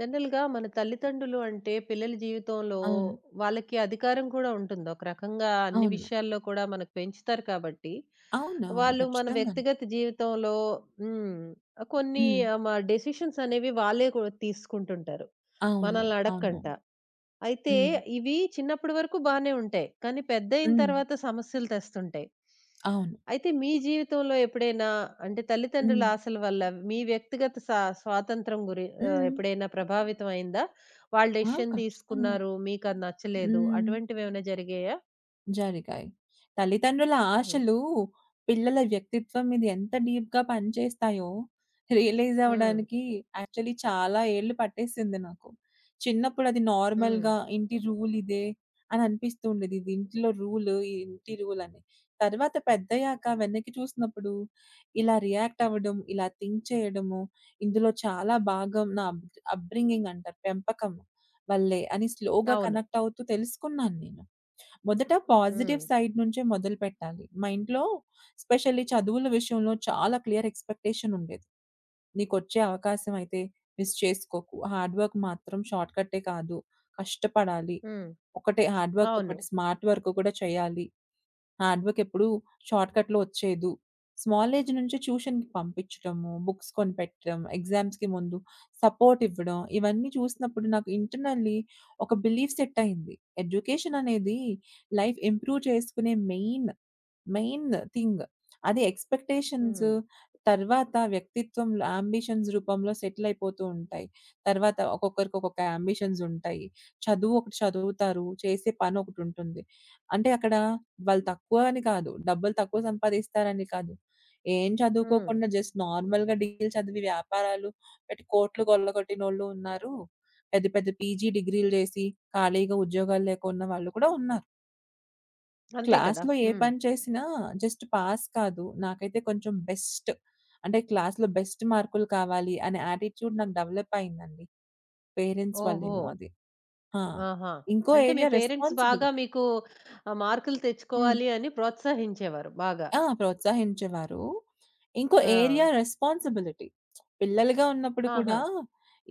జనరల్‌గా మన తల్లిదండ్రులు అంటే పిల్లల జీవితంలో అవును. వాళ్ళకి అధికారం కూడా ఉంటుంది. ఒక రకంగా అన్ని అవును. విషయాల్లో కూడా మనకు పెంచుతారు కాబట్టి, అవునవును. వాళ్ళు మన ఖచ్చితంగాను. వ్యక్తిగత జీవితంలో హ్మ్. కొన్ని హ్మ్. ఆహ్, మ డెసిషన్స్ అనేవి వాళ్ళే కూడా తీసుకుంటుంటారు. అవును. మనల్ని అవును. అడక్కంట. అయితే హ్మ్. ఇవి చిన్నప్పటి వరకు బానే ఉంటాయి. కానీ పెద్దయిన హ్మ్. తర్వాత సమస్యలు తెస్తుంటాయి. అవును. అయితే మీ జీవితంలో ఎప్పుడైనా అంటే తల్లిదండ్రుల హ్మ్. ఆశల వల్ల మీ వ్యక్తిగత స్వాతంత్రం హ్మ్. ఎప్పుడైనా ప్రభావితం అయిందా? వాళ్ళు ఆ! డెసిషన్ ఖచ్చితంగా. తీసుకున్నారు. మీకది నచ్చలేదు. హ్మ్. అటువంటివేమైనా జరిగాయా? జరిగాయి. తల్లిదండ్రుల హ్మ్. ఆశలు పిల్లల వ్యక్తిత్వం మీద ఎంత డీప్‌గా పనిచేస్తాయో రియలైజ్ హ్మ్. అవ్వడానికి యాక్చువల్లీ చాలా ఏళ్ళు పట్టేసింది నాకు. చిన్నప్పుడు అది హ్మ్. నార్మల్‌గా ఇంటి రూల్ ఇదే అని అనిపిస్తూ ఉండేది. ఇది ఇంట్లో రూల్, ఇంటి రూల్ అని. తర్వాత పెద్దయ్యాక వెనక్కి చూసినప్పుడు ఇలా రియాక్ట్ అవ్వడం, ఇలా థింక్ చేయడము, ఇందులో చాలా భాగం నా అబ్ అప్‌బ్రింగింగ్ అంటారు పెంపకం వల్లే అని స్లోగా అవును. కనెక్ట్ అవుతూ తెలుసుకున్నాను నేను. మొదట పాజిటివ్ హ్మ్. సైడ్ నుంచే మొదలుపెట్టాలి. మా ఇంట్లో స్పెషల్లీ చదువుల విషయంలో చాలా క్లియర్ ఎక్స్‌పెక్టేషన్ ఉండేది. "నీకొచ్చే అవకాశం అయితే మిస్ చేసుకోకు. హార్డ్ వర్క్ మాత్రం షార్ట్ కట్టే కాదు. కష్టపడాలి. హ్మ్. ఒకటే హార్డ్ వర్క్‌తో అవును. పాటు స్మార్ట్ వర్క్ కూడా చేయాలి." హార్డ్ వర్క్ ఎప్పుడు షార్ట్‌కట్‌లో వచ్చేదు. స్మాల్ ఏజ్ నుంచి ట్యూషన్‌కి పంపించటము, బుక్స్ కొనిపెట్టడం, ఎగ్జామ్స్‌కి ముందు సపోర్ట్ ఇవ్వడం, ఇవన్నీ చూసినప్పుడు నాకు ఇంటర్నల్లీ ఒక బిలీఫ్ సెట్ అయింది. ఎడ్యుకేషన్ అనేది లైఫ్ ఇంప్రూవ్ చేసుకునే మెయిన్, మెయిన్ థింగ్. అది ఎక్స్‌పెక్టేషన్స్ హ్మ్. తర్వాత వ్యక్తిత్వంలో అంబిషన్స్ రూపంలో సెటిల్ అయిపోతూ ఉంటాయి. తర్వాత ఒక్కొక్కరికి ఒక్కొక్క అంబిషన్స్ ఉంటాయి. చదువు ఒకటి చదువుతారు. చేసే పని ఒకటుంటుంది. అంటే అక్కడ వాళ్ళు తక్కువ అని కాదు. డబ్బులు తక్కువ సంపాదిస్తారని కాదు. ఏం హ్మ్. చదువుకోకుండా జస్ట్ నార్మల్‌గా డిగ్రీలు చదివి వ్యాపారాలు పెట్టి కోట్లు కొల్లగొట్టినోళ్ళు ఉన్నారు. పెద్ద పెద్ద పీజీ డిగ్రీలు చేసి ఖాళీగా ఉద్యోగాలు లేకున్న వాళ్ళు కూడా ఉన్నారు. అంతే కదా! క్లాస్‌లో ఏ హ్మ్. పని చేసినా జస్ట్ పాస్ కాదు. నాకైతే కొంచెం బెస్ట్ అంటే క్లాస్‌లో బెస్ట్ మార్కులు కావాలి అనే యాటిట్యూడ్ నాకు డెవలప్ అయిందండి. పేరెంట్స్ ఓహో! వల్లేమో అది. ఆ! ఆహా! ఇంకో అంటే మీ ఏరియా పేరెంట్స్ బాగా రెస్పాన్సిబిలిటీ. మీకు మార్కులు హ్మ్. తెచ్చుకోవాలి అని ప్రోత్సహించేవారు బాగా. ఆ! ప్రోత్సహించేవారు. ఇంకో ఏరియా ఆ! రెస్పాన్సిబిలిటీ. పిల్లలుగా ఉన్నప్పుడు ఆహా! కూడా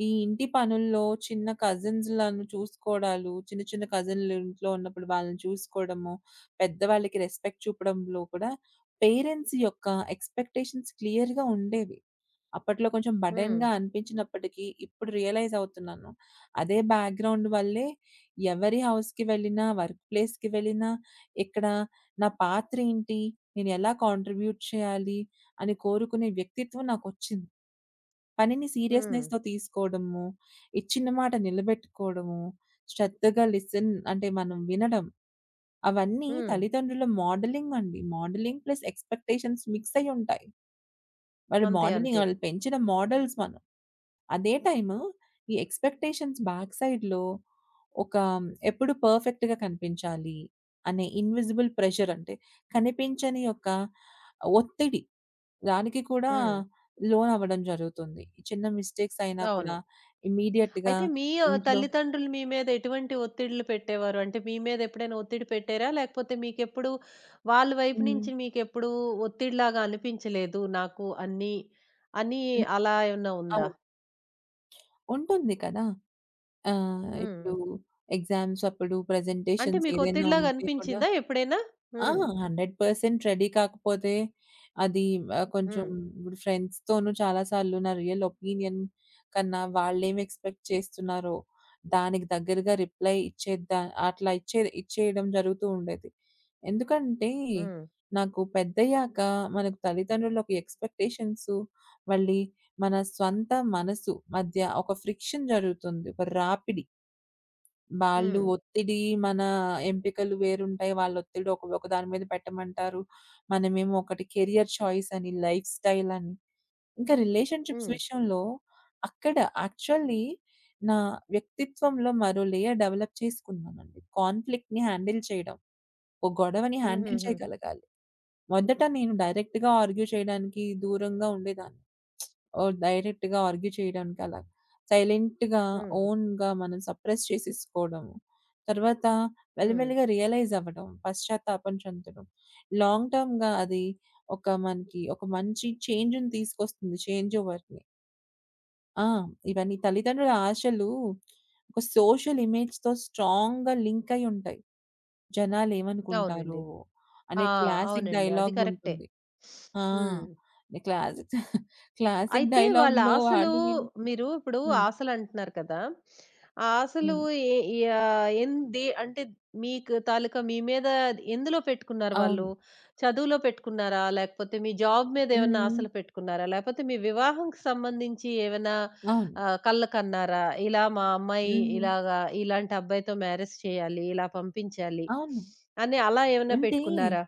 ఈ ఇంటి పనుల్లో చిన్న కజిన్స్‌లను చూసుకోవడాలు, చిన్న చిన్న కజిన్‌లు ఇంట్లో ఉన్నప్పుడు వాళ్ళని చూసుకోవడము, పెద్దవాళ్ళకి రెస్పెక్ట్ చూపడంలో కూడా పేరెంట్స్ యొక్క ఎక్స్‌పెక్టేషన్స్ క్లియర్‌గా ఉండేవి. అప్పట్లో కొంచెం హ్మ్. బర్డెన్‌గా అనిపించినప్పటికీ ఇప్పుడు రియలైజ్ అవుతున్నాను. అదే బ్యాక్‌గ్రౌండ్ వల్లే ఎవరి హౌస్‌కి వెళ్ళినా, వర్క్ ప్లేస్‌కి వెళ్ళినా ఇక్కడ నా పాత్రేంటి? నేనెలా కాంట్రిబ్యూట్ చేయాలి అని కోరుకునే వ్యక్తిత్వం నాకొచ్చింది. పనిని హ్మ్. సీరియస్‌నెస్‌తో తీసుకోవడము, ఇచ్చిన మాట నిలబెట్టుకోవడము, శ్రద్ధగా లిసన్ అంటే మనం వినడం. అవన్నీ హ్మ్. తల్లిదండ్రుల మోడలింగ్ అండి. మోడలింగ్ ప్లస్ ఎక్స్‌పెక్టేషన్స్ మిక్స్ అయ్యుంటాయి. వాళ్ళు అంతే. మోడలింగ్ అంతే. వాళ్ళు పెంచిన మోడల్స్ మనం. అదే టైము ఈ ఎక్స్‌పెక్టేషన్స్ బ్యాక్ సైడ్‌లో ఒక ఎప్పుడు పర్ఫెక్ట్‌గా కనిపించాలి అనే ఇన్విజిబుల్ ప్రెషర్ అంటే కనిపించని ఒక ఒత్తిడి. దానికి కూడా హ్మ్. లోనవ్వడం జరుగుతుంది. చిన్న మిస్టేక్స్ అయినా అవును. కూడా ఇమ్మీడియేట్‌గా అయితే మీ ఇంట్లో తల్లిదండ్రులు మీ మీద ఎటువంటి ఒత్తిడులు పెట్టేవారు? అంటే మీ మీద ఎప్పుడైనా ఒత్తిడి పెట్టారా? లేకపోతే మీకెప్పుడు వాళ్ళ వైపు హ్మ్. నుంచి మీకెప్పుడు ఒత్తిడిలాగా అనిపించలేదు నాకు అన్నీ, అని హ్మ్. అలా ఏమన్నా ఉందా? అవును. ఉంటుంది కదా! హ్మ్. ఇప్పుడు ఎగ్జామ్స్ అప్పుడు అంటే ప్రెజెంటేషన్స్ మీకు ఏదైనా ఒత్తిడిలాగా ఉంటే కూడా అనిపించిందా ఎప్పుడైనా? ఆ! హ్మ్. 100% రెడీ కాకపోతే అది కొంచెం హ్మ్. ఇప్పుడు ఫ్రెండ్స్‌తోనూ చాలా సార్లు నా రియల్ ఒపీనియన్ కన్నా వాళ్ళేమి ఎక్స్‌పెక్ట్ చేస్తున్నారో, దానికి దగ్గరగా రిప్లై ఇచ్చేద్దా అట్లా ఇచ్చేయడం జరుగుతూ ఉండేది. ఎందుకంటే, హ్మ్. నాకు పెద్దయ్యాక మనకు తల్లిదండ్రుల ఒక ఎక్స్‌పెక్టేషన్స్ మళ్ళీ మన స్వంత మనసు మధ్య ఒక ఫ్రిక్షన్ జరుగుతుంది. ఒక రాపిడి. వాళ్ళు హ్మ్. ఒత్తిడి, మన ఎంపికలు వేరుంటాయి. వాళ్ళొత్తిడి ఒక ఒక దాని మీద పెట్టమంటారు. మనమేమో ఒకటి కెరియర్ చాయిస్ అని, లైఫ్ స్టైల్ అని. ఇంకా రిలేషన్‌షిప్స్ హ్మ్. విషయంలో అక్కడ యాక్చువల్లీ నా వ్యక్తిత్వంలో మరో లేయర్ డెవలప్ చేసుకున్నానండి. కాన్‌ఫ్లిక్ట్‌ని హ్యాండిల్ చేయడం. ఒక గొడవని హ్యాండిల్ హుహుహు. చేయగలగాలి. మొదట నేను డైరెక్ట్‌గా ఆర్గ్యూ చేయడానికి దూరంగా ఉండేదాన్ని. ఓహ్! డైరెక్ట్‌గా ఆర్గ్యూ చేయడానికి అలా. సైలెంట్‌గా, హ్మ్. ఓన్‌గా మనం సప్రెస్ చేసేసుకోవడము. తర్వాత హ్మ్. మెల్లిమెల్లిగా రియలైజ్ అవ్వడం, పశ్చాత్తాపం చెందడం. లాంగ్ టర్మ్‌గా అది ఒక మనకి ఒక మంచి చేంజ్‌ని తీసుకొస్తుంది. చేంజ్ ఓవర్‌ని. ఆ! ఇవన్నీ తల్లిదండ్రుల ఆశలు ఒక సోషల్ ఇమేజ్‌తో స్ట్రాంగ్‌గా లింక్ అయ్యుంటాయి. అవునండి. జనాలేమనుకుంటారో ఆ! అనే క్లాసిక్ అవునండి. అది డైలాగ్ కరెక్టే. ఉంటుంది. ఆ! హ్మ్. క్లాసిక్ క్లాసిక్ అయితే వాళ్ళ డైలాగ్‌లో ఆశలు వాళ్ళు వీళ్ళు మీరు ఇప్పుడు హ్మ్. ఆశలంటున్నారు కదా! ఆ ఆశలు అవును. ఎ యాహ్! ఎంది అంటే మీకు తాలూకా మీ మీద ఎందులో పెట్టుకున్నారు వాళ్ళు? అవును. చదువులో పెట్టుకున్నారా? లేకపోతే మీ జాబ్ మీద ఏమన్నా హ్మ్. ఆశలు పెట్టుకున్నారా? లేకపోతే మీ వివాహంకి సంబంధించి ఏమైనా అవును. కలలు కన్నారా? ఇలా మా అమ్మాయి హ్మ్. ఇలాగా ఇలాంటి అబ్బాయితో మ్యారేజ్ చేయాలి, ఇలా పంపించాలి అవును. అని అలా ఏమన్నా అంటే పెట్టుకున్నారా?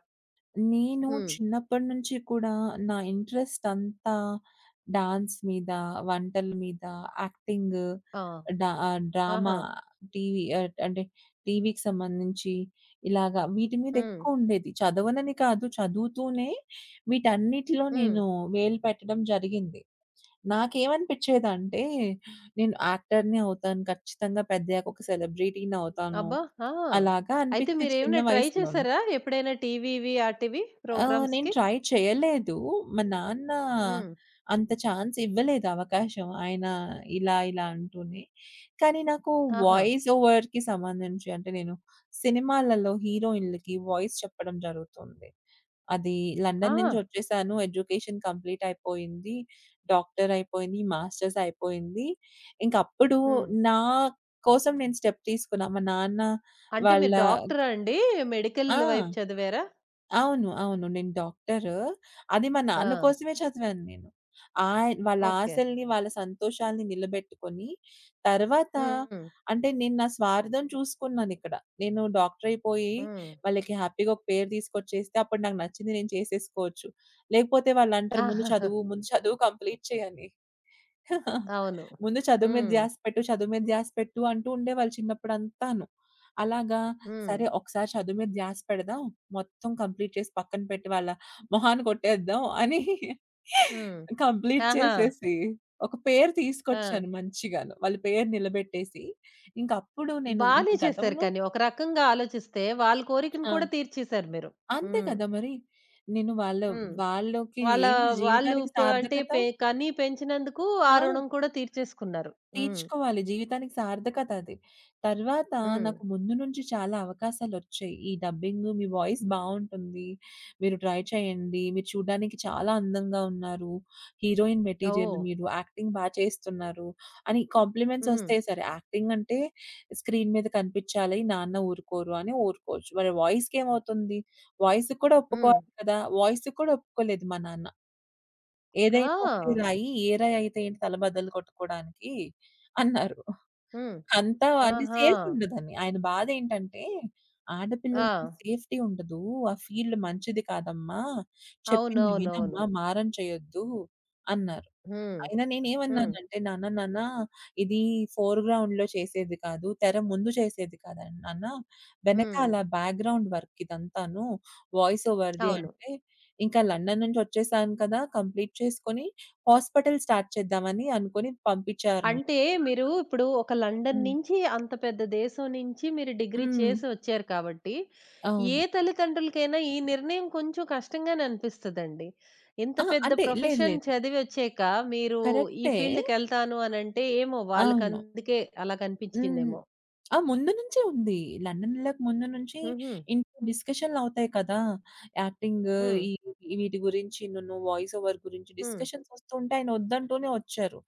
నేను హ్మ్. చిన్నప్పటి నుంచి కూడా నా ఇంట్రెస్ట్ అంతా డాన్స్ మీద, వంటల మీద, యాక్టింగ్, ఆ! ఆహా! డ్రామా, అంటే టీవీకి సంబంధించి ఇలాగా వీటి మీద హ్మ్. ఎక్కువుండేది. చదవనని కాదు, చదువుతూనే వీటన్నిటిలో హ్మ్. నేను వేలు పెట్టడం జరిగింది. నాకేమనిపిచ్చేదంటే, నేను యాక్టర్‌నే అవుతాను ఖచ్చితంగా పెద్దయ్యాక ఒక సెలబ్రిటీ‌ని అవుతాను. అబ్బా! ఆ! అలాగా అయితే అనిపిచ్చేది చిన్న మీరేమైనా ట్రై వయసులో. చేసారా? ఎప్పుడైనా టీవీవి, ఆటివి నేను ప్రోగ్రామ్స్‌కి? ట్రై చేయలేదు. మా నాన్న హ్మ్. అంత ఛాన్స్ ఇవ్వలేదు అవకాశం. ఆయన ఇలా, ఇలా అంటూనే. కానీ నాకు ఆహా! వాయిస్ ఓవర్‌కి సంబంధించి అంటే నేను సినిమాలలో హీరోయిన్‌లకి వాయిస్ చెప్పడం జరుగుతుంది. అది ఆ! లండన్ నుంచి వచ్చేసాను. ఎడ్యుకేషన్ కంప్లీట్ అయిపోయింది. డాక్టర్ అయిపోయింది. మాస్టర్స్ అయిపోయింది. ఇంకప్పుడు హ్మ్. నా కోసం నేను స్టెప్ తీసుకున్నా. మా నాన్న అంటే వాళ్ళ మీరు డాక్టరా అండి? మెడికల్ ఆ! వైపు చదివారా? అవును. అవును. నేను డాక్టరు. అది మా నాన్న ఆ! కోసమే చదివాను నేను. ఆయ్ వాళ్ళ ఓకే. ఆశల్ని, వాళ్ళ సంతోషాల్ని నిలబెట్టుకొని, తర్వాత హ్మ్. అంటే నేను నా స్వార్థం చూసుకున్నానిక్కడ. నేను డాక్టరయిపోయి హ్మ్. వాళ్ళకి హ్యాపీగా ఒక పేరు తీసుకొచ్చేస్తే అప్పుడు నాకు నచ్చింది నేను చేసేసుకోవచ్చు. లేకపోతే వాళ్ళంటారు ముందు ఆహాహా! చదువు, ముందు చదువు కంప్లీట్ చెయ్ అని. అవును. ముందు చదువు మీద హ్మ్. ధ్యాస పెట్టు, చదువు మీద ధ్యాస పెట్టు అంటూ ఉండేవాళ్ళు చిన్నప్పుడంతాను. అలాగా హ్మ్. సరే ఒకసారి చదువు మీద ధ్యాస పెడదాం. మొత్తం కంప్లీట్ చేసి పక్కన పెట్టి వాళ్ళ మొహాన కొట్టేద్దాం అని హ్మ్. కంప్లీట్ ఆహా! చేసేసి ఒక పేరు ఆ! తీసుకొచ్చాను మంచిగాను. వాళ్ళ పేరు నిలబెట్టేసి. ఇంకప్పుడు నేను ఇంక బానే చేశారు గతంలో కానీ. ఒక రకంగా ఆలోచిస్తే వాళ్ళ కోరికను ఆ! కూడా తీర్చేసారు మీరు. అంతే హ్మ్. కదా మరి! నేను వాళ్ళ హ్మ్. వాళ్ళకి వాళ్ళ ఏంటి వాళ్ళు జీవితానికి ప అంటే సార్థకత పె కని పెంచినందుకు ఆ ఆ! రుణం కూడా తీర్చేసుకున్నారు. హ్మ్. తీర్చుకోవాలి. జీవితానికి సార్థకత అది. తర్వాత హ్మ్. నాకు ముందు నుంచి చాలా అవకాశాలొచ్చాయి. ఈ డబ్బింగు, మీ వాయిస్ బావుంటుంది. మీరు ట్రై చేయండి. మీరు చూడ్డానికి చాలా అందంగా ఉన్నారు. Heroine material oh! మీరు. యాక్టింగ్ బా చేస్తున్నారు అని కాంప్లిమెంట్స్ హ్మ్. ఒస్తే సరే. యాక్టింగ్ అంటే స్క్రీన్ మీద కనిపిచ్చాలి. నాన్న ఊరుకోరు అని ఊరుకోవచ్చు. మరి వాయిస్‌కేమవుతుంది? వాయిస్‌కి కూడా హ్మ్. ఒప్పుకోవాలి కదా! వాయిస్‌కి కూడా ఒప్పుకోలేదు మా నాన్న. ఏదైనా ఒకటే ఆ! రాయి. ఏ రాయి అయితే ఏంటి తల బద్దలు కొట్టుకోవడానికి అన్నారు. హ్మ్. అంతా అంటే ఆహా! సేఫ్ ఉండదని. ఆయన బాధేంటంటే, ఆడపిల్లలకి ఆ! సేఫ్టీ ఉండదు. ఆ ఫీల్డ్ మంచిది కాదమ్మా. చెప్పింది అవునవునవును. వినమ్మా, మారం చేయొద్దు అన్నారు. హ్మ్. అయినా హ్మ్. నేనేమన్నానంటే, "నాన్న, నాన్న ఇది ఫోర్‌గ్రౌండ్‌లో చేసేది కాదు. తెర ముందు చేసేది కాదండి నాన్న. హ్మ్. వెనకాల బ్యాక్‌గ్రౌండ్ వర్క్ ఇదంతాను వాయిస్ ఓవర్‌ది" అవును. అంటే, "ఇంకా లండన్ నుంచి వచ్చేసాను కదా! కంప్లీట్ చేసుకొని హాస్పిటల్ స్టార్ట్ చేద్దామని" అనుకోని పంపించారు నన్ను. అంటే మీరు ఇప్పుడు ఒక లండన్ హ్మ్. నుంచి అంత పెద్ద దేశం నుంచి మీరు డిగ్రీ హ్మ్. చేసి వచ్చారు కాబట్టి, ఏ అవును. తల్లిదండ్రులకైనా ఈ నిర్ణయం కొంచెం కష్టంగానే అనిపిస్తదండి. ఇంత ఆ! పెద్ద అంటే లేదు ప్రొఫెషన్ లేదు. చదివొచ్చాక మీరు ఈ కరెక్టే. ఫీల్డ్‌కెళ్తాను అనంటే ఏమో అవును. వాళ్ళకందుకే అలా హ్మ్. కనిపించిందేమో. ఆ! ముందు నుంచే ఉంది. లండన్ ఎళ్ళక ముందు నుంచి హుహు. ఇంట్లో డిస్కషన్‌లవుతాయి కదా! యాక్టింగ్ హ్మ్. ఈ వీటి గురించి నును వాయిస్ ఓవర్ గురించి హ్మ్. డిస్కషన్స్ వస్తూ ఉంటే ఆయన వద్దంటూనే వచ్చారు.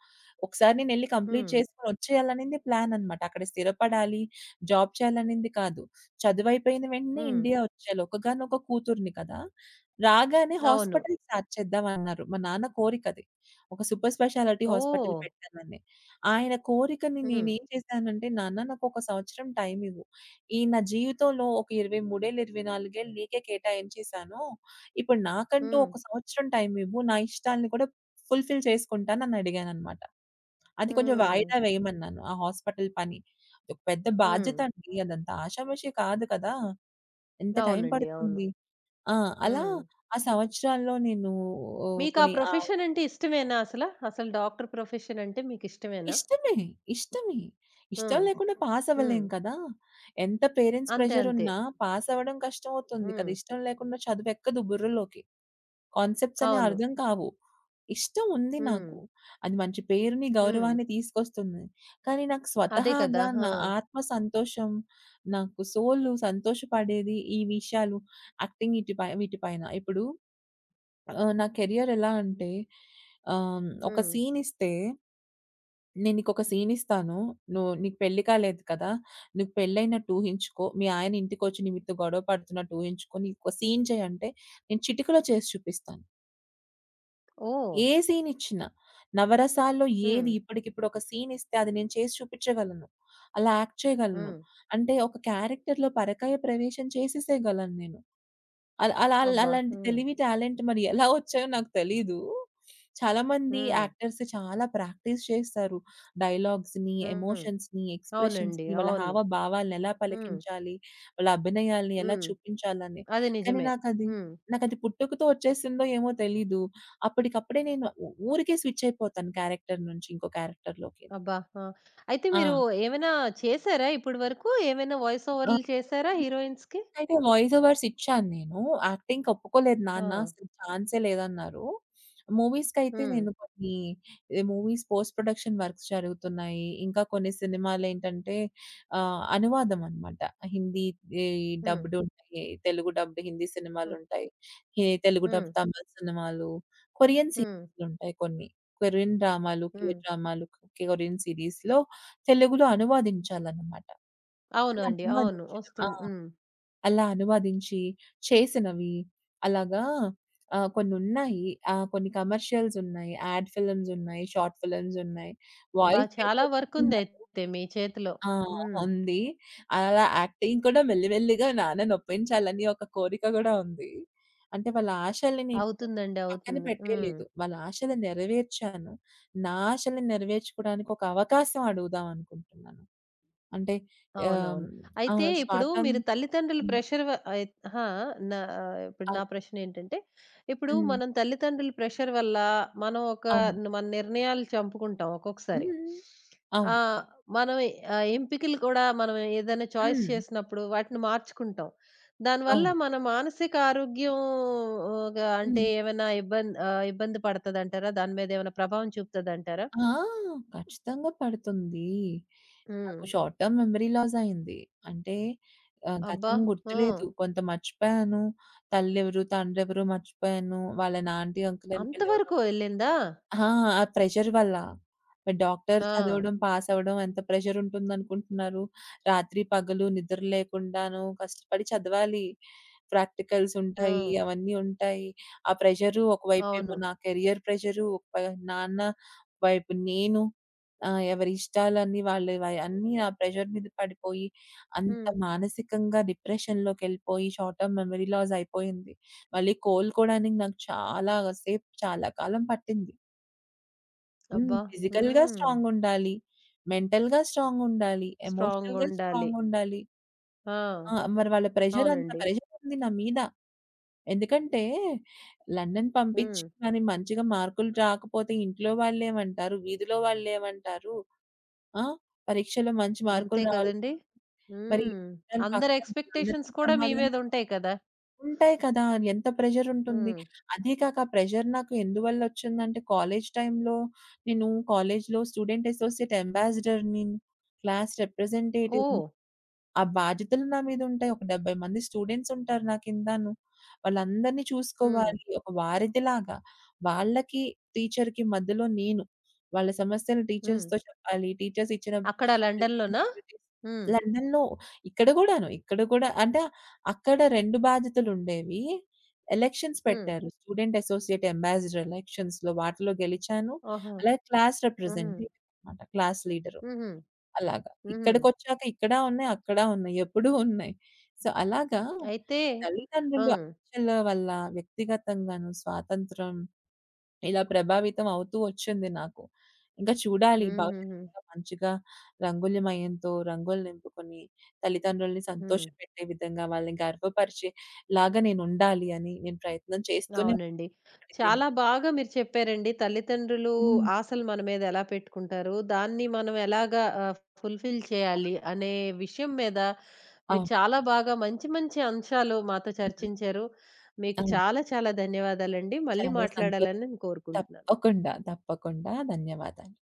ఒకసారి నేనెళ్లి కంప్లీట్ హ్మ్. చేసుకొని వచ్చేయాలనింది ప్లాన్ అనమాట. అక్కడ స్థిరపడాలి, జాబ్ చేయాలనింది కాదు. చదువైపోయిన వెంటనే హ్మ్. ఇండియా వచ్చేయాలి. ఒక్కగానొక కూతుర్ని కదా! రాగానే అవును. హాస్పిటల్ స్టార్ట్ చేద్దామన్నారు. మా నాన్న కోరికది. ఒక సూపర్ స్పెషాలిటీ హాస్పిటల్ ఓహ్! పెట్టాలని. ఆయన కోరికని హ్మ్. నేనేం చేశానంటే, "నాన్న నాకొక సంవత్సరం టైమివ్వు. ఈ నా జీవితంలో ఒక 23 ఏళ్ళు, 24 ఏళ్ళు నీకే కేటాయించేశాను. ఇప్పుడు నాకంటూ హ్మ్. ఒక సంవత్సరం టైమివ్వు. నా ఇష్టాల్ని కూడా ఫుల్‌ఫిల్ చేసుకుంటానని" అడిగాననమాట. అది కొంచెం హ్మ్. వాయిదా వేయమన్నాను ఆ హాస్పిటల్ పని. అదొక పెద్ద హ్మ్. బాధ్యత అండి. అదంత ఆషామాషీ కాదు కదా! ఎంత టైం అవునండి. అవును. పడుతుంది. ఆ! అలా హ్మ్. ఆ సంవత్సరాల్లో నేను మీకా కొన్ని ఆ ప్రొఫెషన్ అంటే ఇష్టమేనా అసల? అసలు డాక్టర్ ప్రొఫెషన్ అంటే మీకిష్టమేనా? ఇష్టమే. ఇష్టమే. ఇష్టం హ్మ్. లేకుండా పాస్ హ్మ్. అవ్వలేం కదా! ఎంత పేరెంట్స్ అంతే. అంతే. ప్రెషరున్నా పాస్ అవ్వడం కష్టమవుతుంది కదా! హ్మ్. ఇష్టం లేకుండా చదువెక్కదు బుర్రలోకి. కాన్సెప్ట్స్ అన్ని అవును. అర్థం కావు. ఇష్టం ఉంది హ్మ్. నాకు. అది మంచి పేరుని, హ్మ్. గౌరవాన్ని తీసుకొస్తుంది. కానీ నాకు అదే కదా! స్వతహాగా ఆ! నా ఆత్మ సంతోషం, నాకు సోలు సంతోషపడేది ఈ విషయాలు యాక్టింగ్ ఇటిపై వీటిపైన. ఇప్పుడు నా కెరియర్ ఎలా అంటే ఒక హ్మ్. సీన్ ఇస్తే నేను నీకొక సీన్ ఇస్తాను. నువ్వు నీకు పెళ్లి కాలేదు కదా! నీకు పెళ్లయినట్టు ఊహించుకో. మీ ఆయన ఇంటికొచ్చి నీ మీతో గొడవ పడుతున్నట్టు ఊహించుకో. నీకొక సీన్ చేయంటే, నేను చిటికలో చేసి చూపిస్తాను. ఓహ్! ఏ సీనిచ్చినా. 'నవరసాల్లో' హ్మ్. ఏది ఇప్పటికిప్పుడు ఒక సీనిస్తే అది నేను చేసి చూపిచ్చగలను. అలా యాక్ట్ చేయగలను. హ్మ్. అంటే ఒక క్యారెక్టర్‌లో పరకాయ ప్రవేశం చేసేసేయగలను నేను. అల్ అలా అల్ అబ్బా! అలాంటి హ్మ్. తెలివి, టాలెంట్ మరి ఎలా వచ్చాయో నాకు తెలీదు. చాలా మంది హ్మ్. యాక్టర్స్ చాలా ప్రాక్టీస్ చేస్తారు. డైలాగ్స్‌ని, హ్మ్. ఎమోషన్స్‌ని, అవునండి. ఎక్స్‌ప్రెషన్స్‌ని, వాళ్ళ అవును. హావభావాలను ఎలా హ్మ్. పలికించాలి, వాళ్ళ అభినయాల్ని ఎలా హ్మ్. చూపించాలని. అది కానీ నిజమే. నాకది హ్మ్. నాకది పుట్టుకతో వచ్చేసిందో ఏమో తెలీదు. అప్పటికప్పుడే నేను ఊరికే స్విచ్ అయిపోతాను క్యారెక్టర్ నుంచి ఇంకో క్యారెక్టర్‌లోకి. అబ్బా! ఆ! అయితే ఆ! మీరు ఏమైనా చేసారా ఇప్పటి వరకు? ఏమైనా వాయిస్ ఆ! ఓవర్‌లు చేసారా హీరోయిన్స్‌కి? అయితే వాయిస్ ఓవర్స్ ఇచ్చాను నేను. యాక్టింగ్‌కి ఒప్పుకోలేదు ఆ! నాన్న అసలు ఛాన్సే లేదన్నారు. మూవీస్‌కైతే హ్మ్. నేను కొన్ని మూవీస్ పోస్ట్ ప్రొడక్షన్ వర్క్స్ జరుగుతున్నాయి. ఇంకా కొన్ని సినిమాలేంటంటే అనువాదం అన్నమాట. హిందీ ఈ హ్మ్. డబ్‌డ్ ఉంటాయి. తెలుగు డబ్‌డ్ హిందీ హ్మ్. సినిమాలుంటాయి. హి తెలుగు హ్మ్. డబ్ తమిళ్ సినిమాలు, కొరియన్ హ్మ్. సీరీస్‌లుంటాయి కొన్ని. కొరియన్ డ్రామాలు, కే హ్మ్. డ్రామాలు, కొరియన్ సీరీస్‌లో తెలుగులో అనువాదించాలన్నమాట. అది అవునండి. అవును. అనువాదించడం. ఆ! హ్మ్. అలా అనువదించి చేసినవి. అలాగా కొన్నున్నాయి. కొన్ని కమర్షియల్స్ ఉన్నాయి. యాడ్ ఫిల్మ్స్ ఉన్నాయి. షార్ట్ ఫిల్మ్స్ ఉన్నాయి. అబ్బా! వాయిస్‌కి అయితే చాలా ఒప్పుకున్నారు. వర్కుందయితే మీ చేతిలో. ఆ! హ్మ్. ఉంది. అలా యాక్టింగ్ కూడా మెల్లి మెల్లిగా నాన్ననొప్పించాలని ఒక కోరిక గూడా ఉంది. అంటే వాళ్ళ ఆశల్ని నేను అవుతుందండి. పక్కన అవుతుంది. హ్మ్. పెట్టేయలేదు. వాళ్ళ ఆశలు నెరవేర్చాను. నా ఆశలు నెరవేర్చుకోవడానికి ఒక అవకాశం అడుగుదాం అనుకుంటున్నాను. అంటే ఆహ్, అవునవును. ఆ! అయితే ఇప్పుడు స్వాతం మీరు తల్లిదండ్రుల హ్మ్. ప్రెషర్ వ అయి అహా! నా ఇప్పుడు ఆ! నా ప్రశ్నేంటంటే, ఇప్పుడు హ్మ్. మనం తల్లిదండ్రుల ప్రెషర్ వల్ల మనం ఒక అవును. మన నిర్ణయాలు చంపుకుంటాం హ్మ్. ఒక్కొక్కసారి. హ్మ్. అవును. ఆహ్, మనం ఎంపికలు కూడా మనం ఏదైనా చాయిస్ హ్మ్. చేసినప్పుడు వాటిని మార్చుకుంటాం. దానివల్ల అవును. మన మానసిక ఆరోగ్యం ఆ, గా అంటే హ్మ్. ఏమైనా ఇబ్బంది ఇబ్బంది పడతదంటారా? దాని మీద ఏమైనా ప్రభావం చూపుతదంటారా? ఆ! ఖచ్చితంగా పడుతుంది. హ్మ్. నాకు షార్ట్ టర్మ్ మెమరీ లాస్ అయింది. అంటే అబ్బా! గతం ఆ! గుర్తులేదు. కొంత మర్చిపోయాను. తల్లెవరు, తండ్రెవరు మర్చిపోయాను. వాళ్ళని ఆంటీ, అంకుల్ అని అంతవరకు పిలవడం. వెళ్ళిందా? ఆ! ఆ ప్రెషర్ వల్ల. మరి డాక్టర్ ఆ! చదవడం, పాస్ అవ్వడం ఎంత ప్రెషర్ ఉంటుందనుకుంటున్నారు? రాత్రి పగలు నిద్ర లేకుండాను కష్టపడి చదవాలి. ప్రాక్టికల్స్ ఆ! ఉంటాయి. అవన్నీ ఉంటాయి. ఆ ప్రెషరు అవును. ఒకవైపేమో నా కెరియర్ ప్రెషరు, ఒకవై నాన్న వైపు నేను. ఎవరి ఇష్టాలన్నీ వాళ్ళవి వై అన్నీ ఆ ప్రెషర్ మీద పడిపోయి, అంత హ్మ్. మానసికంగా డిప్రెషన్‌లోకెళ్ళిపోయి షార్ట్ టర్మ్ మెమరీ లాస్ అయిపోయింది. మళ్ళీ కోలుకోవడానికి నాకు చాలా సేపు చాలా కాలం పట్టింది. హ్మ్. అబ్బా! ఫిజికల్‌గా హ్మ్. స్ట్రాంగుండాలి. మెంటల్‌గా స్ట్రాంగుండాలి. ఎమోషనల్‌గా స్ట్రాంగుండాలి. స్ట్రాంగుండాలి. ఆ! ఆ! మరి వాళ్ళ ప్రెషర్ అంత అవునండి. ప్రెషరుంది నా మీద. ఎందుకంటే లండన్ పంపించి హ్మ్. మరి మంచిగా మార్కులు రాకపోతే ఇంట్లో వాళ్ళేమంటారు? వీధిలో వాళ్ళేమంటారు? ఆ! పరీక్షలో మంచి అంతే మార్కులు రావాలి. కదండీ! మరి హ్మ్. చుట్టాలు అందరి పక్కన ఎక్స్‌పెక్టేషన్స్ అందరికీ కూడా మీ సమాధానం మీదుంటాయి కదా! ఉంటాయి కదా! ఎంత ప్రెషరుంటుంది. హ్మ్. అదీ కాక ఆ ప్రెషర్ నాకు ఎందువల్లొచ్చిందంటే, కాలేజ్ టైమ్‌లో నేను కాలేజ్‌లో స్టూడెంట్ అసోసియేట్ అంబాసిడర్‌ని, క్లాస్ రిప్రజెంటేటివ్‌ని ఓహ్! ఆ బాధ్యతలు నా మీదుంటాయి. ఒక 70 మంది స్టూడెంట్స్ ఉంటారు నా కిందను. వాళ్ళందరిని హ్మ్. చూసుకోవాలి. ఒక వారధిలాగా. వాళ్ళకి, టీచర్‌కి మధ్యలో నేను. వాళ్ళ సమస్యలు హ్మ్. టీచర్స్‌తో చెప్పాలి. టీచర్స్ ఇచ్చిన అక్కడ లండన్‌లోనా? రెస్పాన్సిబిలిటీస్ హ్మ్. లండన్‌లో ఇక్కడ గూడాను. ఇక్కడ కూడా అంటే అక్కడ 2 బాధ్యతలుండేవి. ఎలక్షన్స్ హ్మ్. పెట్టారు. స్టూడెంట్ అసోసియేట్ అంబాసిడర్ ఎలక్షన్స్‌లో వాటిలో గెలిచాను. ఓహో! అలాగే క్లాస్ హుహు. రిప్రజెంటేటివ్ అన్నమాట. Class leader. హుహు. అలాగా. హుహు. ఇక్కడికొచ్చాక ఇక్కడ ఉన్నాయి, అక్కడ ఉన్నాయి. ఎప్పుడూ ఉన్నాయి. సో, అలాగా అయితే ఈ తల్లిదండ్రులు హ్మ్. అలచల వల్ల వ్యక్తిగతంగాను స్వాతంత్రం ఇలా ప్రభావితం అవుతూ వచ్చింది నాకు. ఇంకా చూడాలి భవిష్యత్తు హుహుహు. ఇంకా మంచిగా రంగుల మయంతో రంగులు నింపుకొని తల్లిదండ్రుల్ని హ్మ్. సంతోషపెట్టే విధంగా వాళ్ళని గర్వపరిచేలాగా నేనుండాలి అని నేను ప్రయత్నం చేస్తూనే అవునండి. ఇప్పటికీను. చాలా బాగా మీరు చెప్పారండి. తల్లిదండ్రులు హ్మ్. ఆశలు మన మీద ఎలా పెట్టుకుంటారు? దాన్ని మనం ఎలాగా ఫుల్‌ఫిల్ చేయాలి అనే విషయం మీద మీరు అవును. చాలా బాగా మంచి మంచి అంశాలు మాతో హ్మ్. చర్చించారు. మీకు అవును. చాలా చాలా ధన్యవాదాలండి. మళ్ళీ చాలా సంతోషం. మాట్లాడాలని నేను కోరుకుంటున్నాను. తప్పకుండా. తప్పకుండా. ధన్యవాదాలు.